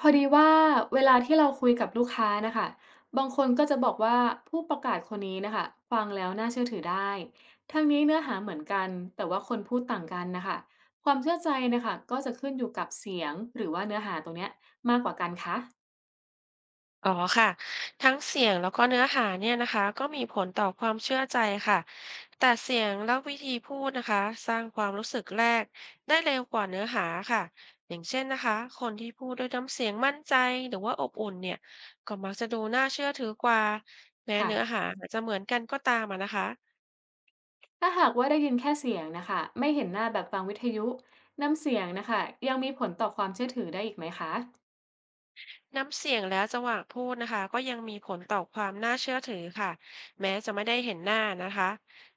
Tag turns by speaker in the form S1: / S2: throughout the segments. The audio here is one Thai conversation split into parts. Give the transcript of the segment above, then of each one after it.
S1: พอดีว่าเวลาที่เราคุยกับลูกค้านะคะบางคนก็จะบอกว่าผู้ประกาศคนนี้นะคะฟังแล้วน่าเชื่อถือได้ทั้งนี้เนื้อหาเหมือนกันแต่ว่าคนพูดต่างกันนะคะความเชื่อใจนะคะก็จะขึ้นอยู่กับเสียงหรือว่าเนื้อหาตรงเนี้ยมากกว่ากันคะ
S2: อ๋อค่ะทั้งเสียงแล้วก็เนื้อหาเนี่ยนะคะก็มีผลต่อความเชื่อใจค่ะแต่เสียงและวิธีพูดนะคะสร้างความรู้สึกแรกได้เร็วกว่าเนื้อหาค่ะอย่างเช่นนะคะคนที่พูดด้วยน้ำเสียงมั่นใจหรือว่าอบอุ่นเนี่ยก็มักจะดูน่าเชื่อถือกว่าแม้เนื้อ
S1: ค่ะ
S2: หาอาจจะเหมือนกันก็ตามอะนะคะ
S1: ถ้าหากว่าได้ยินแค่เสียงนะคะไม่เห็นหน้าแบบฟังวิทยุน้ำเสียงนะคะยังมีผลต่อความเชื่อถือได้อีกไหมคะ
S2: น้ำเสียงและจังหวะพูดนะคะก็ยังมีผลต่อความน่าเชื่อถือค่ะแม้จะไม่ได้เห็นหน้านะคะ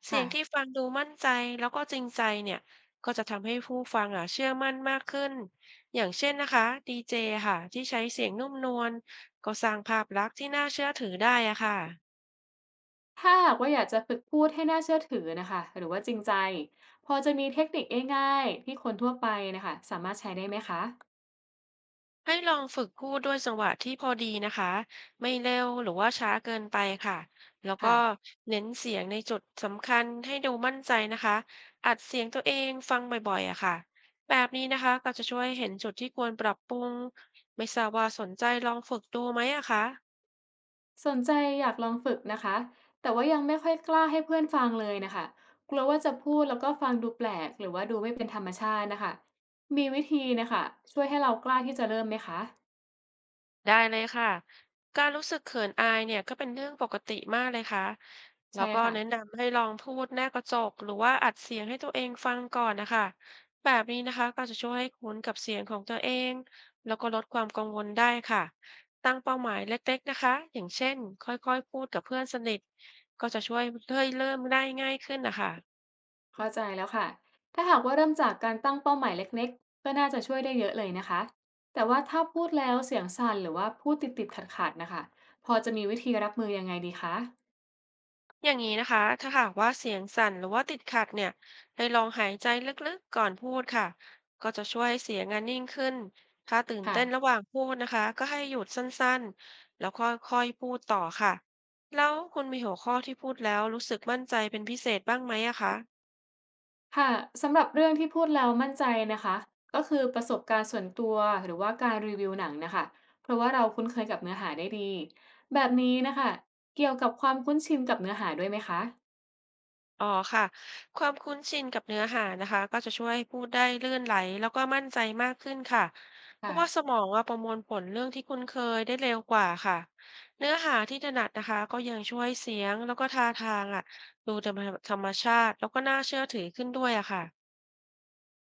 S2: เสีย
S1: ค่ะ
S2: งที่ฟังดูมั่นใจแล้วก็จริงใจเนี่ยก็จะทำให้ผู้ฟังอ่ะเชื่อมั่นมากขึ้นอย่างเช่นนะคะดีเจค่ะที่ใช้เสียงนุ่มนวลก็สร้างภาพลักษณ์ที่น่าเชื่อถือได้อะค่ะ
S1: ถ้าหากว่าอยากจะฝึกพูดให้น่าเชื่อถือนะคะหรือว่าจริงใจพอจะมีเทคนิคง่ายๆที่คนทั่วไปนะคะสามารถใช้ได้ไหมคะ
S2: ให้ลองฝึกพูดด้วยจังหวะที่พอดีนะคะไม่เร็วหรือว่าช้าเกินไปค่ะแล้ว
S1: ค่ะ
S2: ก็เน้นเสียงในจุดสำคัญให้ดูมั่นใจนะคะอัดเสียงตัวเองฟังบ่อยๆอะค่ะแบบนี้นะคะก็จะช่วยเห็นจุดที่ควรปรับปรุงไม่ทราบว่าสนใจลองฝึกดูไหมอะคะ
S1: สนใจอยากลองฝึกนะคะแต่ว่ายังไม่ค่อยกล้าให้เพื่อนฟังเลยนะคะกลัวว่าจะพูดแล้วก็ฟังดูแปลกหรือว่าดูไม่เป็นธรรมชาตินะคะมีวิธีนะคะช่วยให้เรากล้าที่จะเริ่มไหมคะ
S2: ได้เลยค่ะการรู้สึกเขินอายเนี่ยก็เป็นเรื่องปกติมากเลยค่ะแล้ว
S1: ใช่
S2: ก็
S1: ค่ะ
S2: แนะนำให้ลองพูดหน้ากระจกหรือว่าอัดเสียงให้ตัวเองฟังก่อนนะคะแบบนี้นะคะก็จะช่วยให้คุ้นกับเสียงของตัวเองแล้วก็ลดความกังวลได้ค่ะตั้งเป้าหมายเล็กๆนะคะอย่างเช่นค่อยๆพูดกับเพื่อนสนิทก็จะช่วยเริ่มได้ง่ายขึ้นนะคะ
S1: เข้าใจแล้วค่ะ ถ้าหากว่าเริ่มจากการตั้งเป้าหมายเล็กๆ ก็น่าจะช่วยได้เยอะเลยนะคะ แต่ว่าถ้าพูดแล้วเสียงสั่นหรือว่าพูดติดๆขัดๆนะคะ พอจะมีวิธีรับมือยังไงดีคะ
S2: อย่างนี้นะคะถ้าหากว่าเสียงสั่นหรือว่าติดขัดเนี่ยให้ลองหายใจลึกๆก่อนพูดค่ะก็จะช่วยให้เสียงอะนิ่งขึ้นถ้าตื่น
S1: ค่ะ
S2: เต้นระหว่างพูดนะคะก็ให้หยุดสั้นๆแล้วค่อยๆพูดต่อค่ะแล้วคุณมีหัวข้อที่พูดแล้วรู้สึกมั่นใจเป็นพิเศษบ้างไหมอะคะ
S1: ค่ะ สำหรับเรื่องที่พูดแล้วมั่นใจนะคะก็คือประสบการณ์ส่วนตัวหรือว่าการรีวิวหนังนะคะ เพราะว่าเราคุ้นเคยกับเนื้อหาได้ดี แบบนี้นะคะ เกี่ยวกับความคุ้นชินกับเนื้อหาด้วยไหมคะ
S2: อ๋อค่ะความคุ้นชินกับเนื้อหานะคะก็จะช่วยให้พูดได้ลื่นไหลแล้วก็มั่นใจมากขึ้นค่ะเพราะว่าส
S1: ค่ะ
S2: มองว่าประมวลผลเรื่องที่คุ้นเคยได้เร็วกว่าค่ะเนื้อหาที่ถนัดนะคะก็ยังช่วยเสียงแล้วก็ท่าทางอ่ะดูธรรมธรรมชาติแล้วก็น่าเชื่อถือขึ้นด้วยอะค่ะ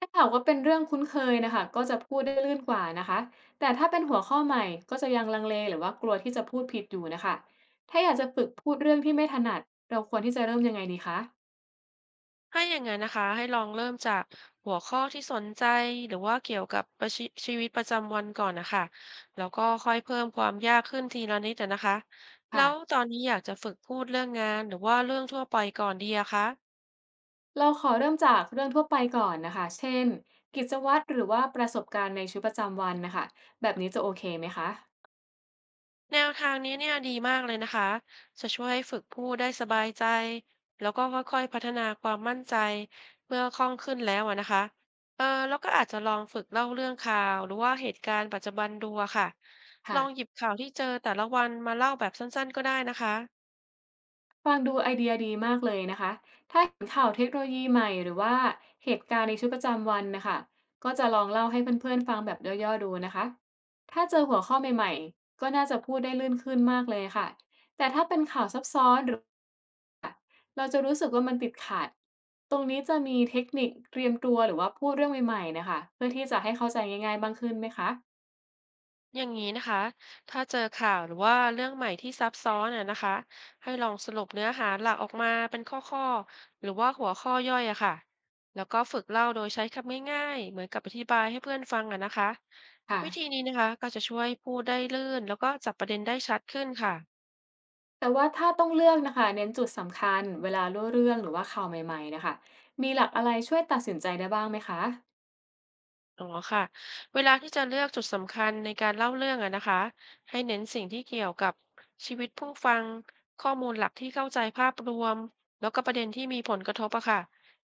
S1: ถ้าหากว่าเป็นเรื่องคุ้นเคยนะคะก็จะพูดได้ลื่นกว่านะคะแต่ถ้าเป็นหัวข้อใหม่ก็จะยังลังเลหรือว่ากลัวที่จะพูดผิดอยู่นะคะถ้าอยากจะฝึกพูดเรื่องที่ไม่ถนัดเราควรที่จะเริ่มยังไงดีคะ
S2: ถ้าอย่างนั้นนะคะให้ลองเริ่มจากหัวข้อที่สนใจหรือว่าเกี่ยวกับประชิชีวิตประจำวันก่อนนะคะแล้วก็ค่อยเพิ่มความยากขึ้นทีละนิดอะนะคะแล้
S1: ค่ะ
S2: วตอนนี้อยากจะฝึกพูดเรื่องงานหรือว่าเรื่องทั่วไปก่อนดีอะคะ
S1: เราขอเริ่มจากเรื่องทั่วไปก่อนนะคะเช่นกิจวัตรหรือว่าประสบการณ์ในชีวิตประจำวันนะคะแบบนี้จะโอเคไหมคะ
S2: แนวทางนี้เนี่ยดีมากเลยนะคะ จะช่วยให้ฝึกพูดได้สบายใจ แล้วก็ค่อยๆพัฒนาความมั่นใจเมื่อคล่องขึ้นแล้วอะนะคะเออแล้วก็อาจจะลองฝึกเล่าเรื่องข่าวหรือว่าเหตุการณ์ปัจจุบันดูอะค่ะ ล
S1: ค่ะ
S2: องหยิบข่าวที่เจอแต่ละวันมาเล่าแบบสั้นๆก็ได้นะคะ
S1: ฟังดูไอเดียดีมากเลยนะคะถ้าเห็นข่าวเทคโนโลยีใหม่หรือว่าเหตุการณ์ในชีวิตประจำวันนะคะก็จะลองเล่าให้เพื่อนๆฟังแบบย่อๆดูนะคะถ้าเจอหัวข้อใหม่ๆก็น่าจะพูดได้ลื่นขึ้นมากเลยค่ะแต่ถ้าเป็นข่าวซับซ้อนหรือเราจะรู้สึกว่ามันติดขัดตรงนี้จะมีเทคนิคเตรียมตัวหรือว่าพูดเรื่องใหม่ๆนะคะเพื่อที่จะให้เข้าใจง่ายๆบ้างขึ้นไหมคะ
S2: อย่างนี้นะคะ ถ้าเจอข่าวหรือว่าเรื่องใหม่ที่ซับซ้อนอ่ะนะคะให้ลองสรุปเนื้อหาหลักออกมาเป็นข้อๆหรือว่าหัวข้อย่อยอะค่ะแล้วก็ฝึกเล่าโดยใช้คำง่ายๆ เหมือนกับอธิบายให้เพื่อนฟังอะนะคะ
S1: ค่ะ
S2: วิธีนี้นะคะก็จะช่วยพูดได้ลื่นแล้วก็จับประเด็นได้ชัดขึ้นค่ะ
S1: แต่ว่าถ้าต้องเลือกนะคะเน้นจุดสำคัญเวลาเล่าเรื่องหรือว่าข่าวใหม่ๆนะคะมีหลักอะไรช่วยตัดสินใจได้บ้างไหมคะ
S2: อ๋อค่ะเวลาที่จะเลือกจุดสำคัญในการเล่าเรื่องอะนะคะให้เน้นสิ่งที่เกี่ยวกับชีวิตผู้ฟังข้อมูลหลักที่เข้าใจภาพรวมแล้วก็ประเด็นที่มีผลกระทบอะค่ะ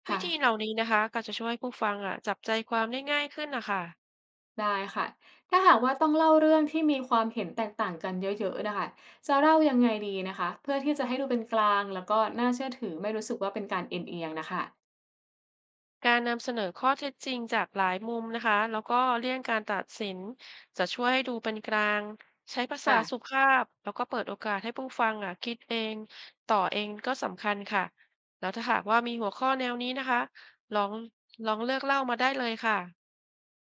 S2: วิธีเห
S1: ค่ะ
S2: ล่านี้นะคะก็จะช่วยผู้ฟังอะจับใจความได้ง่ายขึ้นนะคะ
S1: ได้ค่ะถ้าหากว่าต้องเล่าเรื่องที่มีความเห็นแตกต่างกันเยอะๆนะคะจะเล่ายังไงดีนะคะเพื่อที่จะให้ดูเป็นกลางแล้วก็น่าเชื่อถือไม่รู้สึกว่าเป็นการเอ็นเอียงนะคะ
S2: การนำเสนอข้อเท็จจริงจากหลายมุมนะคะ แล้วก็เลี่ยงการตัดสินจะช่วยให้ดูเป็นกลางใช้ภาษา
S1: ค่ะ
S2: สุภาพแล้วก็เปิดโอกาสให้ผู้ฟังอ่ะคิดเองต่อเองก็สำคัญค่ะแล้วถ้าหากว่ามีหัวข้อแนวนี้นะคะลองลองเลือกเล่ามาได้เลยค่ะ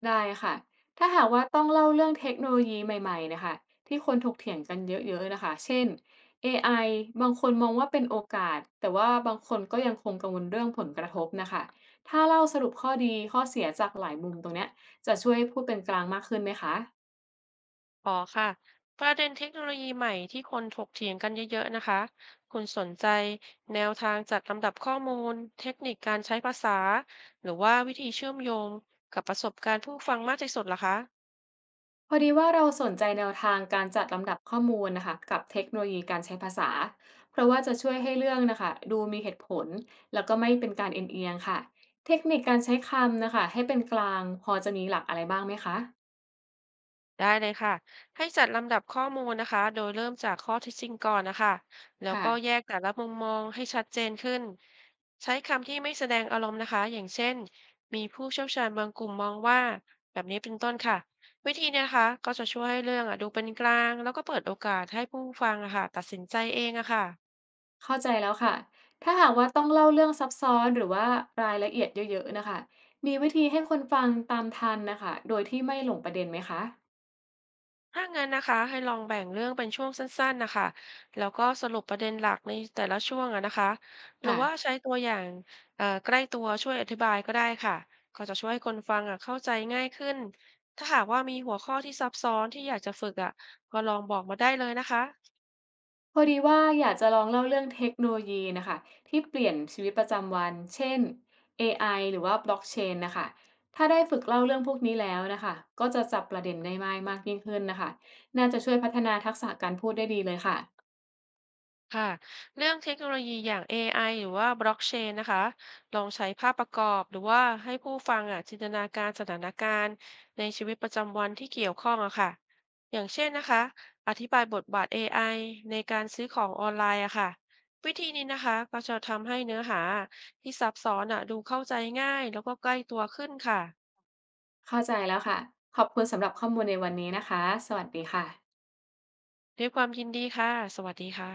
S1: ได้ค่ะ ถ้าหากว่าต้องเล่าเรื่องเทคโนโลยีใหม่ๆนะคะที่คนถกเถียงกันเยอะๆนะคะเช่น AI บางคนมองว่าเป็นโอกาสแต่ว่าบางคนก็ยังคงกังวลเรื่องผลกระทบนะคะถ้าเล่าสรุปข้อดีข้อเสียจากหลายมุมตรงเนี้ยจะช่วยให้พูดเป็นกลางมากขึ้นไหมคะ
S2: อ๋อค่ะประเด็นเทคโนโลยีใหม่ที่คนถกเถียงกันเยอะๆนะคะคุณสนใจแนวทางจัดลำดับข้อมูลเทคนิคการใช้ภาษาหรือว่าวิธีเชื่อมโยงกับประสบการณ์ผู้ฟังมากที่สุดเหรอคะ
S1: พอดีว่าเราสนใจแนวทางการจัดลำดับข้อมูลนะคะกับเทคโนโลยีการใช้ภาษาเพราะว่าจะช่วยให้เรื่องนะคะดูมีเหตุผลแล้วก็ไม่เป็นการเอ็นเอียงค่ะเทคนิคการใช้คำนะคะให้เป็นกลางพอจะมีหลักอะไรบ้างไหมคะ
S2: ได้เลยค่ะให้จัดลำดับข้อมูลนะคะโดยเริ่มจากข้อเท็จจริงก่อนนะคะแล้ว
S1: ค่ะ
S2: ก็แยกแต่ละมุมมองให้ชัดเจนขึ้นใช้คำที่ไม่แสดงอารมณ์นะคะอย่างเช่นมีผู้เชี่ยวชาญบางกลุ่มมองว่าแบบนี้เป็นต้นค่ะวิธีเนี้นะคะก็จะช่วยให้เรื่องอ่ะดูเป็นกลางแล้วก็เปิดโอกาสให้ผู้ฟังอะค่ะตัดสินใจเองอะค่ะ
S1: เข้าใจแล้วค่ะถ้าหากว่าต้องเล่าเรื่องซับซ้อนหรือว่ารายละเอียดเยอะๆนะคะมีวิธีให้คนฟังตามทันนะคะโดยที่ไม่หลงประเด็นไหมคะ
S2: ถ้างั้นนะคะให้ลองแบ่งเรื่องเป็นช่วงสั้นๆนะคะแล้วก็สรุปประเด็นหลักในแต่ละช่วงอะนะคะหรือว่า
S1: ค่ะ
S2: ใช้ตัวอย่างใกล้ตัวช่วยอธิบายก็ได้ค่ะก็จะช่วยให้คนฟังอะเข้าใจง่ายขึ้นถ้าหากว่ามีหัวข้อที่ซับซ้อนที่อยากจะฝึกอะก็ลองบอกมาได้เลยนะคะ
S1: พอดีว่าอยากจะลองเล่าเรื่องเทคโนโลยีนะคะที่เปลี่ยนชีวิตประจำวันเช่น AI หรือว่าบล็อกเชนนะคะถ้าได้ฝึกเล่าเรื่องพวกนี้แล้วนะคะก็จะจับประเด็นได้ง่ายมากยิ่งขึ้นนะคะน่าจะช่วยพัฒนาทักษะการพูดได้ดีเลยค่ะ
S2: ค่ะเรื่องเทคโนโลยีอย่าง AI หรือว่าบล็อกเชนนะคะลองใช้ภาพประกอบหรือว่าให้ผู้ฟังอ่ะจินตนาการสถานการณ์ในชีวิตประจำวันที่เกี่ยวข้องอะค่ะอย่างเช่นนะคะอธิบายบทบาท AI ในการซื้อของออนไลน์อะค่ะวิธีนี้นะคะก็จะทำให้เนื้อหาที่ซับซ้อนอะดูเข้าใจง่ายแล้วก็ใกล้ตัวขึ้นค่ะ
S1: เข้าใจแล้วค่ะขอบคุณสำหรับข้อมูลในวันนี้นะคะสวัสดีค่ะ
S2: ด้วยความยินดีค่ะสวัสดีค่ะ